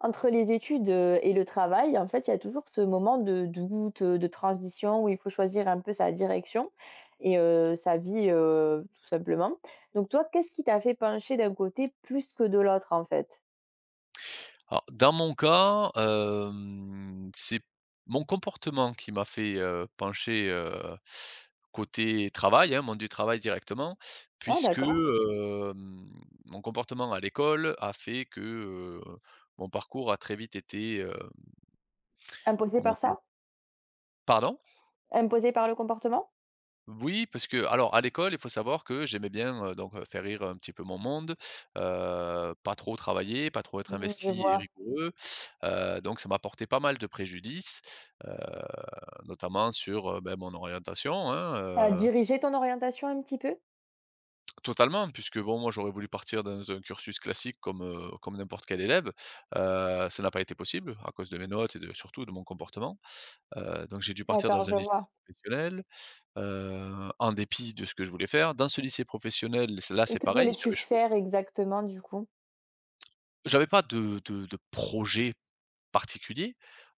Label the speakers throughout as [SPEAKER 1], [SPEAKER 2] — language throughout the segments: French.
[SPEAKER 1] Entre les études, et le travail, en fait, il y a toujours ce moment de doute, de transition où il faut choisir un peu sa direction et sa vie, tout simplement. Donc toi, qu'est-ce qui t'a fait pencher d'un côté plus que de l'autre, en fait?
[SPEAKER 2] Alors, dans mon cas, c'est mon comportement qui m'a fait, pencher, côté travail, hein, monde du travail directement,
[SPEAKER 1] Ah
[SPEAKER 2] puisque,
[SPEAKER 1] d'accord.
[SPEAKER 2] mon comportement à l'école a fait que, heu, mon parcours a très vite été,
[SPEAKER 1] Imposé
[SPEAKER 2] comment
[SPEAKER 1] par
[SPEAKER 2] dire?
[SPEAKER 1] ça?
[SPEAKER 2] Pardon?
[SPEAKER 1] Imposé par le comportement?
[SPEAKER 2] Oui, parce que alors à l'école, il faut savoir que j'aimais bien, donc faire rire un petit peu mon monde, pas trop travailler, pas trop être
[SPEAKER 1] Mmh, je
[SPEAKER 2] investi et
[SPEAKER 1] vois.
[SPEAKER 2] rigoureux, donc ça m'a porté pas mal de préjudices, heu, notamment sur, ben, mon orientation, hein,
[SPEAKER 1] Ça a
[SPEAKER 2] heu,
[SPEAKER 1] dirigé ton orientation un petit peu?
[SPEAKER 2] totalement, puisque bon, moi, j'aurais voulu partir dans un cursus classique comme, comme n'importe quel élève, ça n'a pas été possible à cause de mes notes et de surtout de mon comportement, donc j'ai dû partir
[SPEAKER 1] D'accord,
[SPEAKER 2] dans un
[SPEAKER 1] je
[SPEAKER 2] lycée
[SPEAKER 1] vois.
[SPEAKER 2] professionnel. En dépit de ce que je voulais faire. Dans ce lycée professionnel, c'est là,
[SPEAKER 1] Et
[SPEAKER 2] c'est
[SPEAKER 1] que
[SPEAKER 2] pareil,
[SPEAKER 1] voulais-tu
[SPEAKER 2] j'avais choisi,
[SPEAKER 1] faire exactement, du coup?
[SPEAKER 2] j'avais pas de projet particulier,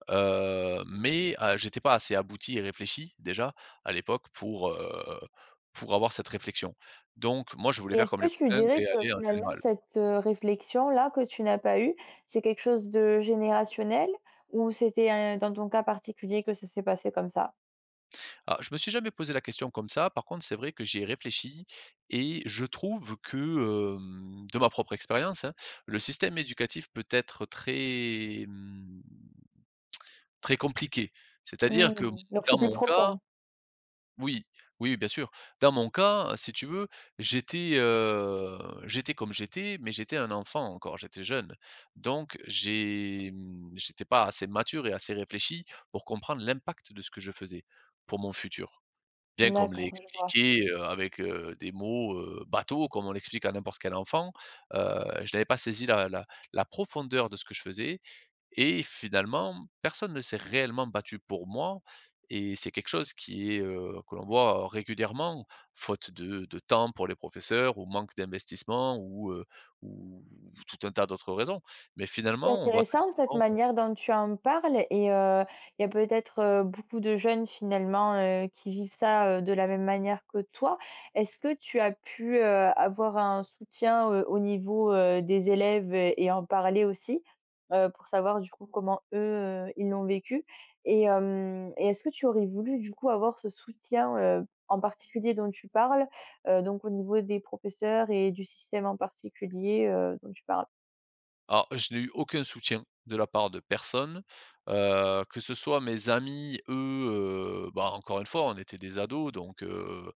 [SPEAKER 2] mais j'étais pas assez abouti et réfléchi déjà à l'époque pour avoir cette réflexion. Donc moi, je voulais
[SPEAKER 1] Et
[SPEAKER 2] faire
[SPEAKER 1] est-ce
[SPEAKER 2] comme
[SPEAKER 1] que
[SPEAKER 2] les
[SPEAKER 1] tu
[SPEAKER 2] copains
[SPEAKER 1] dirais
[SPEAKER 2] et
[SPEAKER 1] que
[SPEAKER 2] aller en
[SPEAKER 1] finalement
[SPEAKER 2] général.
[SPEAKER 1] cette, réflexion-là que tu n'as pas eue, c'est quelque chose de générationnel ou c'était, dans ton cas particulier que ça s'est passé comme ça?
[SPEAKER 2] Ah, je me suis jamais posé la question comme ça. Par contre, c'est vrai que j'y ai réfléchi et je trouve que, de ma propre expérience, hein, le système éducatif peut être très, mmh, très compliqué. C'est-à-dire que
[SPEAKER 1] Mmh, donc c'est
[SPEAKER 2] dans
[SPEAKER 1] plus
[SPEAKER 2] mon cas,
[SPEAKER 1] profond.
[SPEAKER 2] oui, oui, bien sûr. Dans mon cas, si tu veux, j'étais, heu, j'étais comme j'étais, mais j'étais un enfant encore, j'étais jeune. Donc j'étais pas assez mature et assez réfléchi pour comprendre l'impact de ce que je faisais pour mon futur. Bien qu'on me l'ait
[SPEAKER 1] D'accord, je vois.
[SPEAKER 2] expliqué, avec, des mots, bateaux comme on l'explique à n'importe quel enfant, heu, je n'avais pas saisi la profondeur de ce que je faisais et finalement, personne ne s'est réellement battu pour moi et c'est quelque chose qui est, que l'on voit régulièrement, faute de temps pour les professeurs ou manque d'investissement ou tout un tas d'autres raisons. Mais
[SPEAKER 1] C'est
[SPEAKER 2] finalement, on voit très
[SPEAKER 1] intéressant cette
[SPEAKER 2] souvent,
[SPEAKER 1] manière dont tu en parles et il y a peut-être, beaucoup de jeunes finalement, qui vivent ça, de la même manière que toi. Est-ce que tu as pu, avoir un soutien, au niveau, des élèves et en parler aussi? Pour savoir du coup comment eux, ils l'ont vécu et hem et est-ce que tu aurais voulu du coup avoir ce soutien, en particulier dont tu parles, donc au niveau des professeurs et du système en particulier, dont tu parles?
[SPEAKER 2] alors je n'ai eu aucun soutien de la part de personne, que ce soit mes amis, eux, bah, encore une fois, on était des ados donc,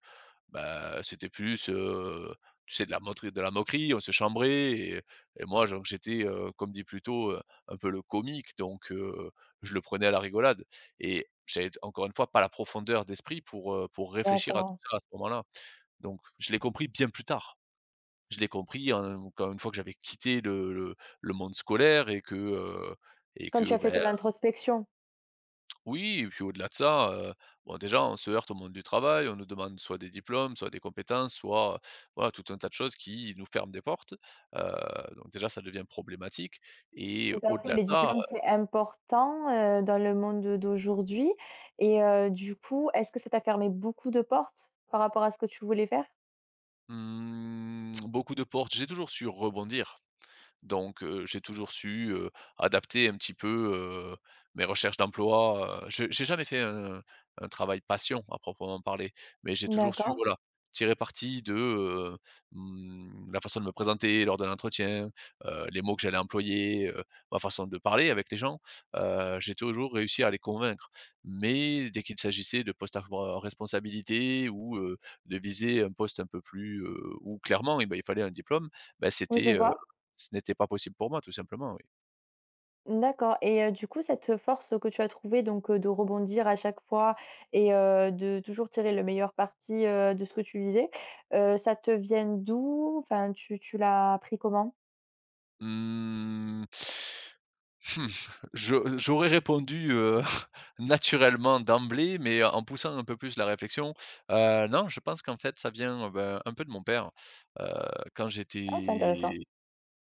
[SPEAKER 2] bah, c'était plus, tu sais, de la moquerie, on se chambrait et moi, genre, comme dit plus tôt, un peu le comique donc je le prenais à la rigolade et j'avais encore une fois pas la profondeur d'esprit pour réfléchir à tout
[SPEAKER 1] D'accord.
[SPEAKER 2] ça à ce moment-là. Donc je l'ai compris bien plus tard. Je l'ai compris en quand une fois que j'avais quitté le monde scolaire et
[SPEAKER 1] Quand tu
[SPEAKER 2] que,
[SPEAKER 1] as fait
[SPEAKER 2] beh
[SPEAKER 1] ton introspection,
[SPEAKER 2] oui, et puis au-delà de ça, bon, déjà on se heurte au monde du travail, on nous demande soit des diplômes, soit des compétences, soit, voilà, tout un tas de choses qui nous ferment des portes. Heu, donc déjà ça devient problématique et
[SPEAKER 1] tout à fait,
[SPEAKER 2] au-delà de
[SPEAKER 1] les
[SPEAKER 2] ça,
[SPEAKER 1] diplômes, c'est important, dans le monde de- d'aujourd'hui et du coup, est-ce que ça t'a fermé beaucoup de portes par rapport à ce que tu voulais faire?
[SPEAKER 2] beaucoup de portes, j'ai toujours su rebondir. Donc, j'ai toujours su, adapter un petit peu, heu, mes recherches d'emploi, j'ai jamais fait un travail passion à proprement parler, mais j'ai toujours su,
[SPEAKER 1] D'accord,
[SPEAKER 2] voilà, tirer parti de, mmh, la façon de me présenter lors de l'entretien, les mots que j'allais employer, ma façon de parler avec les gens, j'ai toujours réussi à les convaincre. Mais dès qu'il s'agissait de postes à re responsabilité ou, de viser un poste un peu plus, où clairement, eh ben, il fallait un diplôme, bah,
[SPEAKER 1] oui, je vois.
[SPEAKER 2] ce n'était pas possible pour moi, tout simplement, oui.
[SPEAKER 1] D'accord et du coup, cette force que tu as trouvée donc de rebondir à chaque fois et de toujours tirer le meilleur parti, de ce que tu vivais, ça te vient d'où? Enfin, tu l'as appris comment?
[SPEAKER 2] Mmh, mmh, je, j'aurais répondu, naturellement d'emblée, mais en poussant un peu plus la réflexion, non, je pense qu'en fait, ça vient, ben, un peu de mon père. Heu, quand
[SPEAKER 1] Ah, c'est intéressant.
[SPEAKER 2] j'étais,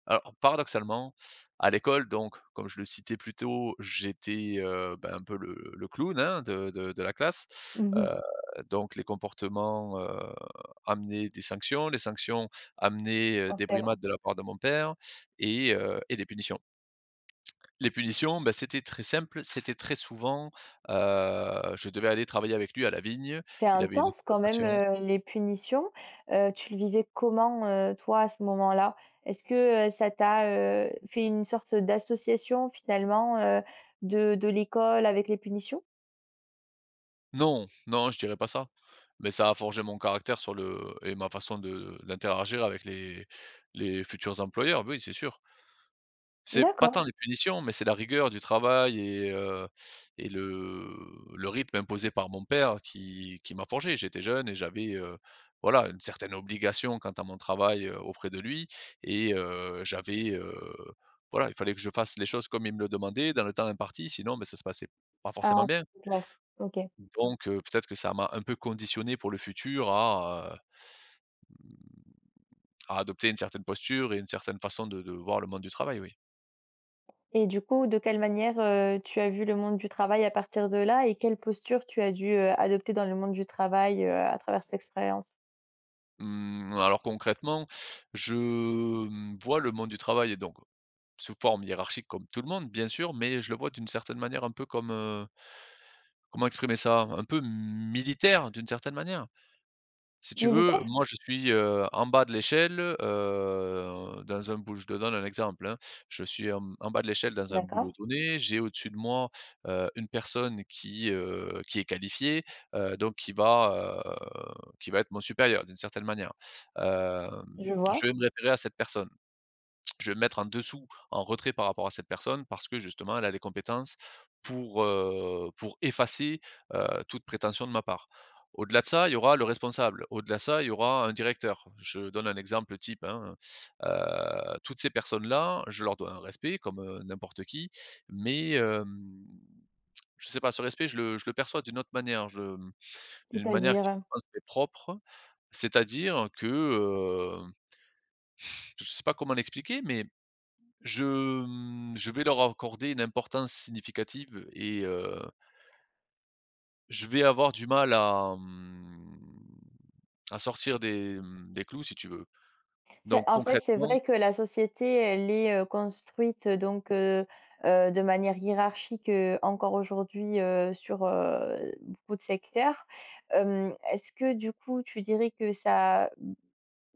[SPEAKER 2] alors, paradoxalement, à l'école, donc, comme je le citais plus tôt, j'étais, ben, un peu le clown, hein, de la classe.
[SPEAKER 1] Mmh
[SPEAKER 2] Heu, donc les comportements, amenaient des sanctions, les sanctions amenaient, des
[SPEAKER 1] forcément.
[SPEAKER 2] brimades de la part de mon père et des punitions. Les punitions, bah, c'était très simple, c'était très souvent, je devais aller travailler avec lui à la vigne.
[SPEAKER 1] C'est
[SPEAKER 2] Il avait une
[SPEAKER 1] intense quand même,
[SPEAKER 2] exploitation.
[SPEAKER 1] les punitions. Tu le vivais comment, toi, à ce moment-là? Est-ce que, ça t'a, fait une sorte d'association finalement, de l'école avec les punitions?
[SPEAKER 2] Non, non, je dirais pas ça, mais ça a forgé mon caractère sur le et ma façon de d'interagir avec les futurs employeurs, oui, c'est sûr. C'est pas tant,
[SPEAKER 1] D'accord.
[SPEAKER 2] ouais, les punitions, mais c'est la rigueur du travail et le rythme imposé par mon père qui m'a forgé. J'étais jeune et j'avais, voilà, une certaine obligation quant à mon travail, auprès de lui et j'avais, voilà, il fallait que je fasse les choses comme il me le demandait dans le temps imparti, sinon, beh, ça se passait pas
[SPEAKER 1] Ah,
[SPEAKER 2] forcément bien.
[SPEAKER 1] c'est clair. OK.
[SPEAKER 2] Donc peut-être que ça m'a un peu conditionné pour le futur à adopter une certaine posture et une certaine façon de voir le monde du travail, oui.
[SPEAKER 1] Et du coup, de quelle manière, tu as vu le monde du travail à partir de là et quelle posture tu as dû, adopter dans le monde du travail, à travers cette expérience?
[SPEAKER 2] Mmh, alors concrètement, vois le monde du travail et donc sous forme hiérarchique comme tout le monde bien sûr, mais je le vois d'une certaine manière un peu comme, comment exprimer ça? Un peu militaire d'une certaine manière. Si tu veux,
[SPEAKER 1] Militaire?
[SPEAKER 2] moi je suis, en bas de l'échelle, dans un boulot, je te donne un exemple, hein. Je suis en bas de l'échelle dans un boulot
[SPEAKER 1] D'accord,
[SPEAKER 2] donné, j'ai au-dessus de moi, une personne qui est qualifiée, donc qui va être mon supérieur d'une certaine manière. Hem,
[SPEAKER 1] je
[SPEAKER 2] je
[SPEAKER 1] vois.
[SPEAKER 2] vais me référer à cette personne. Je vais me mettre en dessous, en retrait par rapport à cette personne parce que justement elle a les compétences pour effacer, toute prétention de ma part. Au-delà de ça, il y aura le responsable. Au-delà de ça, il y aura un directeur. Je donne un exemple type, hein, heu, toutes ces personnes-là, je leur dois un respect comme, n'importe qui, mais, je ne sais pas, ce respect, je le perçois d'une autre manière, je, d'une manière qui
[SPEAKER 1] C'est-à-dire?
[SPEAKER 2] je pense m'est propre. C'est-à-dire que, je ne sais pas comment l'expliquer, mais je, mmh, je vais leur accorder une importance significative et je vais avoir du mal à, à sortir des, des clous si tu veux.
[SPEAKER 1] C'est
[SPEAKER 2] Donc
[SPEAKER 1] en fait, c'est
[SPEAKER 2] concrètement,
[SPEAKER 1] vrai que la société, elle est, construite, donc de manière hiérarchique, encore aujourd'hui, sur, beaucoup de secteurs. Est-ce que du coup, tu dirais que ça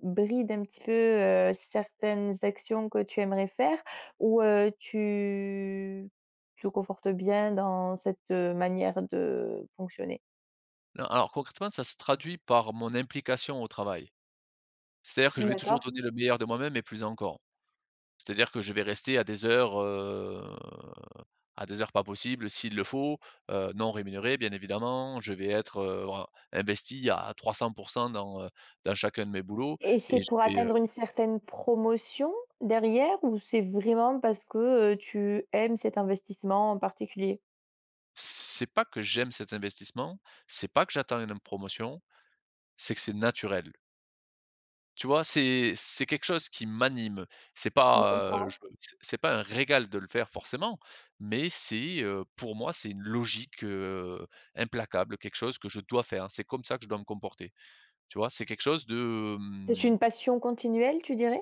[SPEAKER 1] bride un petit peu, certaines actions que tu aimerais faire? Ou tu te confortes bien dans cette, manière de fonctionner?
[SPEAKER 2] non, alors concrètement, ça se traduit par mon implication au travail. C'est-à-dire que je vais toujours
[SPEAKER 1] D'accord.
[SPEAKER 2] donner le meilleur de moi-même et plus encore. C'est-à-dire que je vais rester à des heures pas possibles s'il le faut, non rémunéré, bien évidemment. Je vais être, voilà, investi à 300 dans, dans chacun de mes boulots
[SPEAKER 1] Et c'est
[SPEAKER 2] et je
[SPEAKER 1] pour
[SPEAKER 2] vais,
[SPEAKER 1] atteindre une certaine promotion derrière ou c'est vraiment parce que, tu aimes cet investissement en particulier?
[SPEAKER 2] c'est pas que j'aime cet investissement, c'est pas que j'attends une promotion, c'est que c'est naturel. Tu vois? C'est quelque chose qui m'anime. C'est
[SPEAKER 1] Je
[SPEAKER 2] pas, mmh, je
[SPEAKER 1] comprends.
[SPEAKER 2] c'est pas un régal de le faire forcément, mais c'est, pour moi, c'est une logique, implacable, quelque chose que je dois faire. C'est comme ça que je dois me comporter. Tu vois? C'est quelque chose de,
[SPEAKER 1] C'est
[SPEAKER 2] mmh,
[SPEAKER 1] une passion continuelle, tu dirais?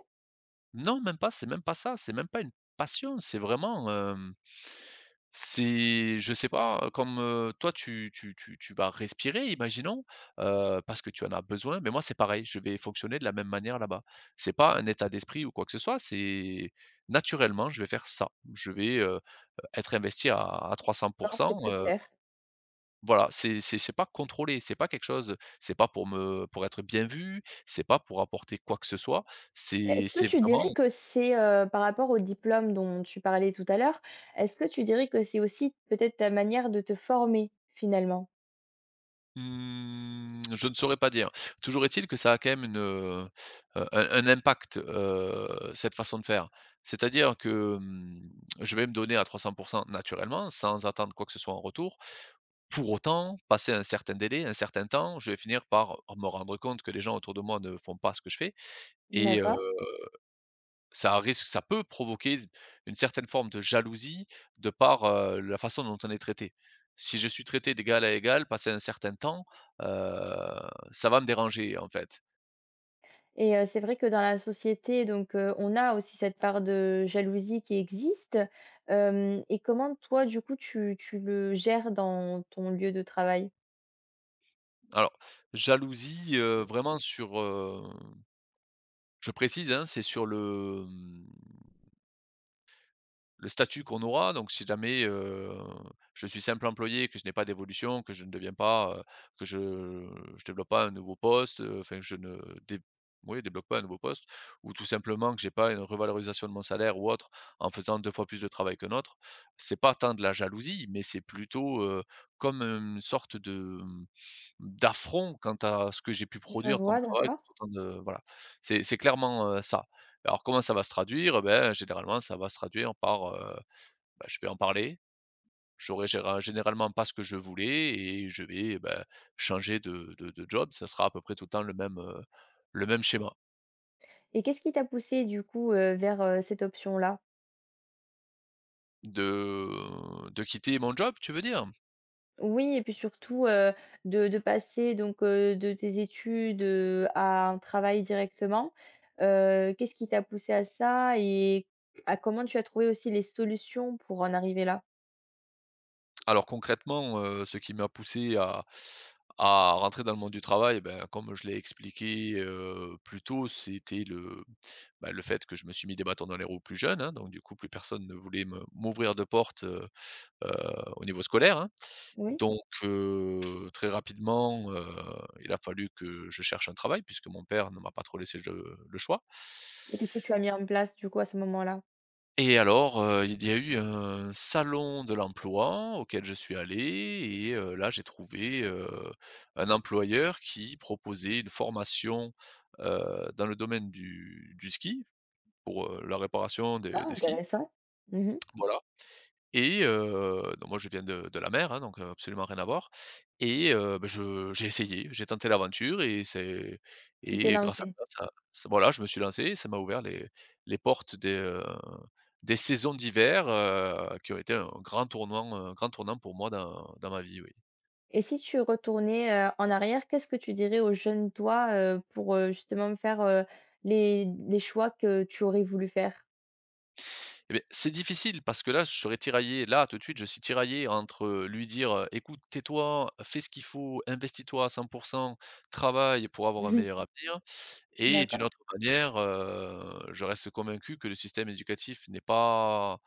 [SPEAKER 2] non, même pas, c'est même pas ça, c'est même pas une passion, c'est vraiment, c'est, je sais pas, comme, toi tu vas respirer, imaginons, parce que tu en as besoin, mais moi c'est pareil, je vais fonctionner de la même manière là-bas. C'est pas un état d'esprit ou quoi que ce soit, c'est naturellement, je vais faire ça. Je vais, être investi à 300,
[SPEAKER 1] D'accord, c'est plus
[SPEAKER 2] heu,
[SPEAKER 1] clair.
[SPEAKER 2] voilà, c'est pas contrôlé, c'est pas quelque chose, c'est pas pour me, pour être bien vu, c'est pas pour apporter quoi que ce soit, c'est
[SPEAKER 1] Est-ce que
[SPEAKER 2] c'est
[SPEAKER 1] tu dirais
[SPEAKER 2] vraiment,
[SPEAKER 1] que c'est, par rapport au diplôme dont tu parlais tout à l'heure, est-ce que tu dirais que c'est aussi peut-être ta manière de te former finalement?
[SPEAKER 2] mmh, je ne saurais pas dire. Toujours est-il que ça a quand même une, un impact, cette façon de faire. C'est-à-dire que, je vais me donner à 300% naturellement, sans attendre quoi que ce soit en retour. Pour autant, passé un certain délai, un certain temps, je vais finir par me rendre compte que les gens autour de moi ne font pas ce que je fais et
[SPEAKER 1] D'accord.
[SPEAKER 2] ça peut provoquer une certaine forme de jalousie de par, la façon dont on est traité. Si je suis traité d'égal à égal, passé un certain temps, heu, ça va me déranger, en fait.
[SPEAKER 1] Et c'est vrai que dans la société, donc on a aussi cette part de jalousie qui existe. Hem Et comment toi, du coup, tu le gères dans ton lieu de travail?
[SPEAKER 2] Alors, jalousie, vraiment sur, je précise, hein, c'est sur le, le statut qu'on aura. Donc si jamais, je suis simple employé, que je n'ai pas d'évolution, que je ne deviens pas, que je développe pas un nouveau poste, enfin que je ne dé oui débloque pas un nouveau poste, ou tout simplement que j'ai pas une revalorisation de mon salaire ou autre en faisant 2 fois plus de travail qu'un autre. C'est pas tant de la jalousie, mais c'est plutôt, comme une sorte de, d'affront quant à ce que j'ai pu
[SPEAKER 1] Je
[SPEAKER 2] produire comme
[SPEAKER 1] vois,
[SPEAKER 2] travail
[SPEAKER 1] d'accord.
[SPEAKER 2] autant de voilà. C'est clairement, ça. Alors comment ça va se traduire? Ben généralement, ça va se traduire par, bah, je vais en parler, j'aurai géra généralement pas ce que je voulais, et je vais, bah, changer de job. Ça sera à peu près tout le temps le même schéma.
[SPEAKER 1] Et qu'est-ce qui t'a poussé du coup, vers, cette option-là?
[SPEAKER 2] De quitter mon job, tu veux dire?
[SPEAKER 1] Oui et puis surtout, de passer donc de tes études, à un travail directement. Qu'est-ce qui t'a poussé à ça et à comment tu as trouvé aussi les solutions pour en arriver là?
[SPEAKER 2] Alors concrètement, ce qui m'a poussé à rentrer dans le monde du travail, ben, comme je l'ai expliqué, plus tôt, c'était le, bah, le fait que je me suis mis des bâtons dans les roues plus jeune, hein. Donc du coup, plus personne ne voulait me m'ouvrir de porte, heu, au niveau scolaire, hein.
[SPEAKER 1] Oui.
[SPEAKER 2] Donc très rapidement, il a fallu que je cherche un travail, puisque mon père ne m'a pas trop laissé le choix.
[SPEAKER 1] Et qu'est-ce que tu as mis en place du coup à ce moment-là?
[SPEAKER 2] Et alors, il y a eu un salon de l'emploi auquel je suis allé, et là j'ai trouvé, un employeur qui proposait une formation, dans le domaine du ski, pour, la réparation des
[SPEAKER 1] Ah,
[SPEAKER 2] des skis,
[SPEAKER 1] intéressant. Mmh.
[SPEAKER 2] voilà. Et donc moi je viens de la mer, hein, donc absolument rien à voir. Et bah, je j'ai essayé, j'ai tenté l'aventure, et c'est
[SPEAKER 1] Tu t'es
[SPEAKER 2] et grâce à
[SPEAKER 1] lancé.
[SPEAKER 2] ça, ça ça voilà, je me suis lancé, et ça m'a ouvert les portes des saisons d'hiver, qui ont été un grand tournant pour moi dans dans ma vie, oui.
[SPEAKER 1] Et si tu retournais, en arrière, qu'est-ce que tu dirais au jeune toi, pour, justement faire, les choix que tu aurais voulu faire?
[SPEAKER 2] Et beh, c'est difficile, parce que là, je serais tiraillé, là, tout de suite, je suis tiraillé entre lui dire, «Écoute, tais-toi, fais ce qu'il faut, investis-toi à 100%, travaille pour avoir un meilleur avenir.»
[SPEAKER 1] Mhm.
[SPEAKER 2] Et d'une
[SPEAKER 1] D'accord.
[SPEAKER 2] autre manière, je reste convaincu que le système éducatif n'est pas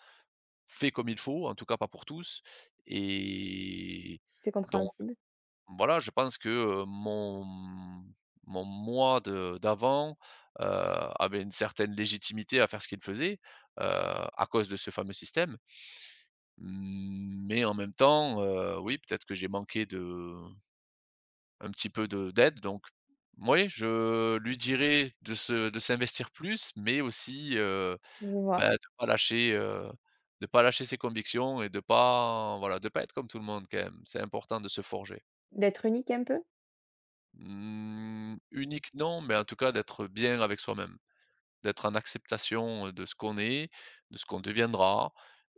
[SPEAKER 2] fait comme il faut, en tout cas pas pour tous, et
[SPEAKER 1] C'est
[SPEAKER 2] donc
[SPEAKER 1] compréhensible,
[SPEAKER 2] voilà, je pense que, mon moi de d'avant, avait une certaine légitimité à faire ce qu'il faisait, à cause de ce fameux système. Mmh. Mais en même temps, oui, peut-être que j'ai manqué de un petit peu de d'aide. Donc oui, je lui dirais de se de s'investir plus, mais aussi,
[SPEAKER 1] je vois.
[SPEAKER 2] bah, de pas lâcher ses convictions, et de pas voilà, de pas être comme tout le monde quand même. C'est important de se forger.
[SPEAKER 1] D'être unique un peu?
[SPEAKER 2] Mmh, unique non, mais en tout cas d'être bien avec soi-même, d'être en acceptation de ce qu'on est, de ce qu'on deviendra,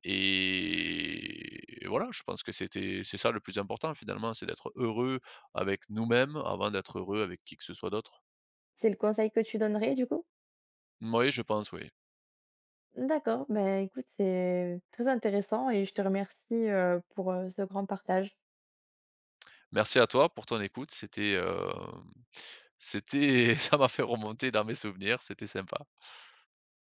[SPEAKER 2] et voilà, je pense que c'est ça le plus important finalement, c'est d'être heureux avec nous-mêmes avant d'être heureux avec qui que ce soit d'autre.
[SPEAKER 1] C'est le conseil que tu donnerais du coup?
[SPEAKER 2] Oui, je pense, oui.
[SPEAKER 1] D'accord, ben écoute, c'est très intéressant et je te remercie, pour, ce grand partage.
[SPEAKER 2] Merci à toi pour ton écoute. C'était, c'était ça m'a fait remonter dans mes souvenirs, c'était sympa.